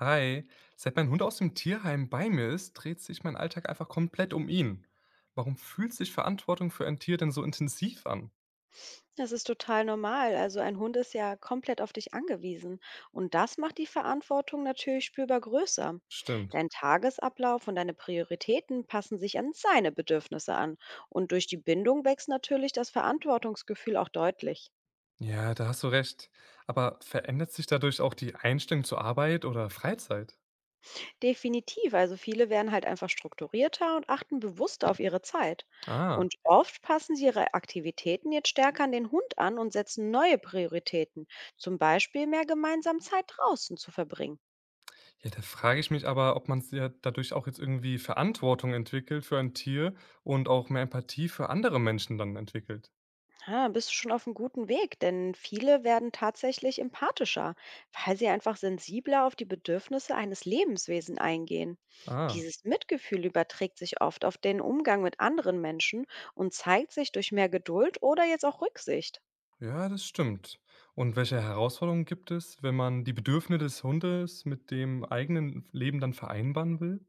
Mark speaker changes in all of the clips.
Speaker 1: Hi, seit mein Hund aus dem Tierheim bei mir ist, dreht sich mein Alltag einfach komplett um ihn. Warum fühlt sich Verantwortung für ein Tier denn so intensiv an?
Speaker 2: Das ist total normal. Also ein Hund ist ja komplett auf dich angewiesen. Und das macht die Verantwortung natürlich spürbar größer.
Speaker 1: Stimmt.
Speaker 2: Dein Tagesablauf und deine Prioritäten passen sich an seine Bedürfnisse an. Und durch die Bindung wächst natürlich das Verantwortungsgefühl auch deutlich.
Speaker 1: Ja, da hast du recht. Aber verändert sich dadurch auch die Einstellung zur Arbeit oder Freizeit?
Speaker 2: Definitiv. Also viele werden halt einfach strukturierter und achten bewusster auf ihre Zeit.
Speaker 1: Ah,
Speaker 2: Und oft passen sie ihre Aktivitäten jetzt stärker an den Hund an und setzen neue Prioritäten. Zum Beispiel mehr gemeinsam Zeit draußen zu verbringen.
Speaker 1: ja, da frage ich mich aber, ob man ja dadurch auch jetzt irgendwie Verantwortung entwickelt für ein Tier und auch mehr Empathie für andere Menschen dann entwickelt.
Speaker 2: Ah, bist du schon auf einem guten Weg, denn viele werden tatsächlich empathischer, weil sie einfach sensibler auf die Bedürfnisse eines Lebenswesen eingehen.
Speaker 1: Ah.
Speaker 2: Dieses Mitgefühl überträgt sich oft auf den Umgang mit anderen Menschen und zeigt sich durch mehr Geduld oder jetzt auch Rücksicht.
Speaker 1: Ja, das stimmt. Und welche Herausforderungen gibt es, wenn man die Bedürfnisse des Hundes mit dem eigenen Leben dann vereinbaren will?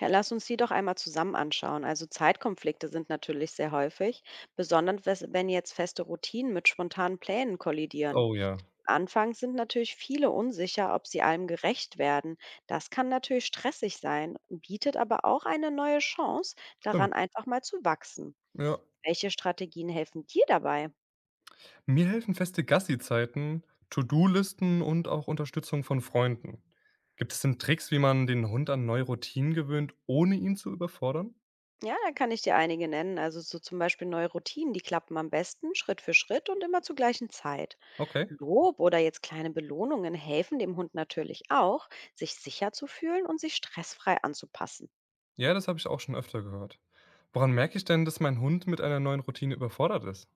Speaker 2: Ja, lass uns die doch einmal zusammen anschauen. Also Zeitkonflikte sind natürlich sehr häufig, besonders wenn jetzt feste Routinen mit spontanen Plänen kollidieren.
Speaker 1: Oh ja,
Speaker 2: Anfangs sind natürlich viele unsicher, ob sie allem gerecht werden. Das kann natürlich stressig sein, bietet aber auch eine neue Chance, daran
Speaker 1: stimmt,
Speaker 2: einfach mal zu wachsen.
Speaker 1: ja.
Speaker 2: Welche Strategien helfen dir dabei?
Speaker 1: Mir helfen feste Gassi-Zeiten, To-do-Listen und auch Unterstützung von Freunden. Gibt es denn Tricks, wie man den Hund an neue Routinen gewöhnt, ohne ihn zu überfordern?
Speaker 2: Ja, da kann ich dir einige nennen. Also so zum Beispiel neue Routinen, die klappen am besten Schritt für Schritt und immer zur gleichen Zeit.
Speaker 1: Okay.
Speaker 2: Lob oder jetzt kleine Belohnungen helfen dem Hund natürlich auch, sich sicher zu fühlen und sich stressfrei anzupassen.
Speaker 1: Ja, das habe ich auch schon öfter gehört. Woran merke ich denn, dass mein Hund mit einer neuen Routine überfordert ist?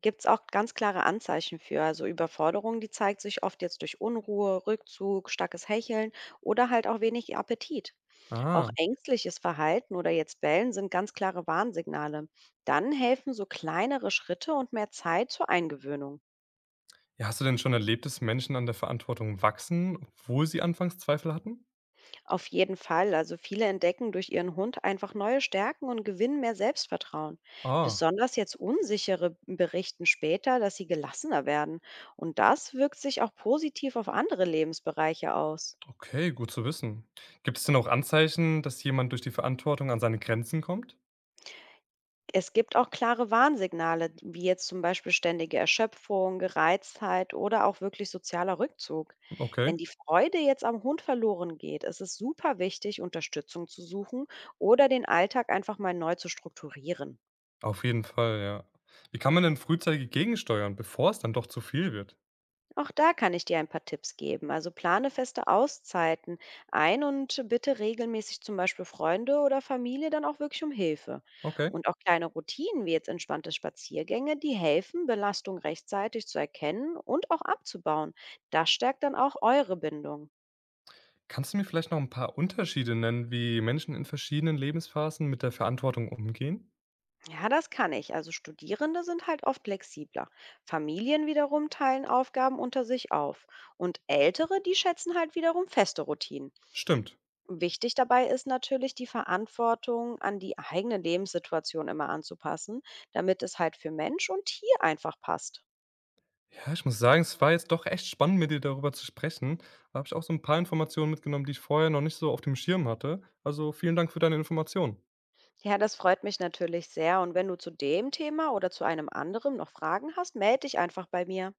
Speaker 2: Gibt es auch ganz klare Anzeichen für. Also Überforderung, die zeigt sich oft jetzt durch Unruhe, Rückzug, starkes Hecheln oder halt auch wenig Appetit. Auch
Speaker 1: Ah.
Speaker 2: ängstliches Verhalten oder jetzt Bellen sind ganz klare Warnsignale. Dann helfen so kleinere Schritte und mehr Zeit zur Eingewöhnung.
Speaker 1: Ja, hast du denn schon erlebt, dass Menschen an der Verantwortung wachsen, obwohl sie anfangs Zweifel hatten?
Speaker 2: Auf jeden Fall, also viele entdecken durch ihren Hund einfach neue Stärken und gewinnen mehr Selbstvertrauen.
Speaker 1: Ah,
Speaker 2: Besonders jetzt unsichere berichten später, dass sie gelassener werden. Und das wirkt sich auch positiv auf andere Lebensbereiche aus.
Speaker 1: okay, gut zu wissen. Gibt es denn auch Anzeichen, dass jemand durch die Verantwortung an seine Grenzen kommt?
Speaker 2: Es gibt auch klare Warnsignale, wie jetzt zum Beispiel ständige Erschöpfung, Gereiztheit oder auch wirklich sozialer Rückzug. Wenn
Speaker 1: Okay,
Speaker 2: die Freude jetzt am Hund verloren geht, ist es super wichtig, Unterstützung zu suchen oder den Alltag einfach mal neu zu strukturieren.
Speaker 1: auf jeden Fall, ja. Wie kann man denn frühzeitig gegensteuern, bevor es dann doch zu viel wird?
Speaker 2: Auch da kann ich dir ein paar Tipps geben. Also plane feste Auszeiten ein und bitte regelmäßig zum Beispiel Freunde oder Familie dann auch wirklich um Hilfe.
Speaker 1: Okay.
Speaker 2: Und auch kleine Routinen wie jetzt entspannte Spaziergänge, die helfen, Belastung rechtzeitig zu erkennen und auch abzubauen. Das stärkt dann auch eure Bindung.
Speaker 1: Kannst du mir vielleicht noch ein paar Unterschiede nennen, wie Menschen in verschiedenen Lebensphasen mit der Verantwortung umgehen?
Speaker 2: Ja, das kann ich. Also Studierende sind halt oft flexibler. Familien wiederum teilen Aufgaben unter sich auf. Und Ältere, die schätzen halt wiederum feste Routinen.
Speaker 1: Stimmt.
Speaker 2: Wichtig dabei ist natürlich, die Verantwortung an die eigene Lebenssituation immer anzupassen, damit es halt für Mensch und Tier einfach passt.
Speaker 1: Ja, ich muss sagen, es war jetzt doch echt spannend, mit dir darüber zu sprechen. Da habe ich auch so ein paar Informationen mitgenommen, die ich vorher noch nicht so auf dem Schirm hatte. Also, vielen Dank für deine Informationen.
Speaker 2: Ja, das freut mich natürlich sehr. Und wenn du zu dem Thema oder zu einem anderen noch Fragen hast, melde dich einfach bei mir.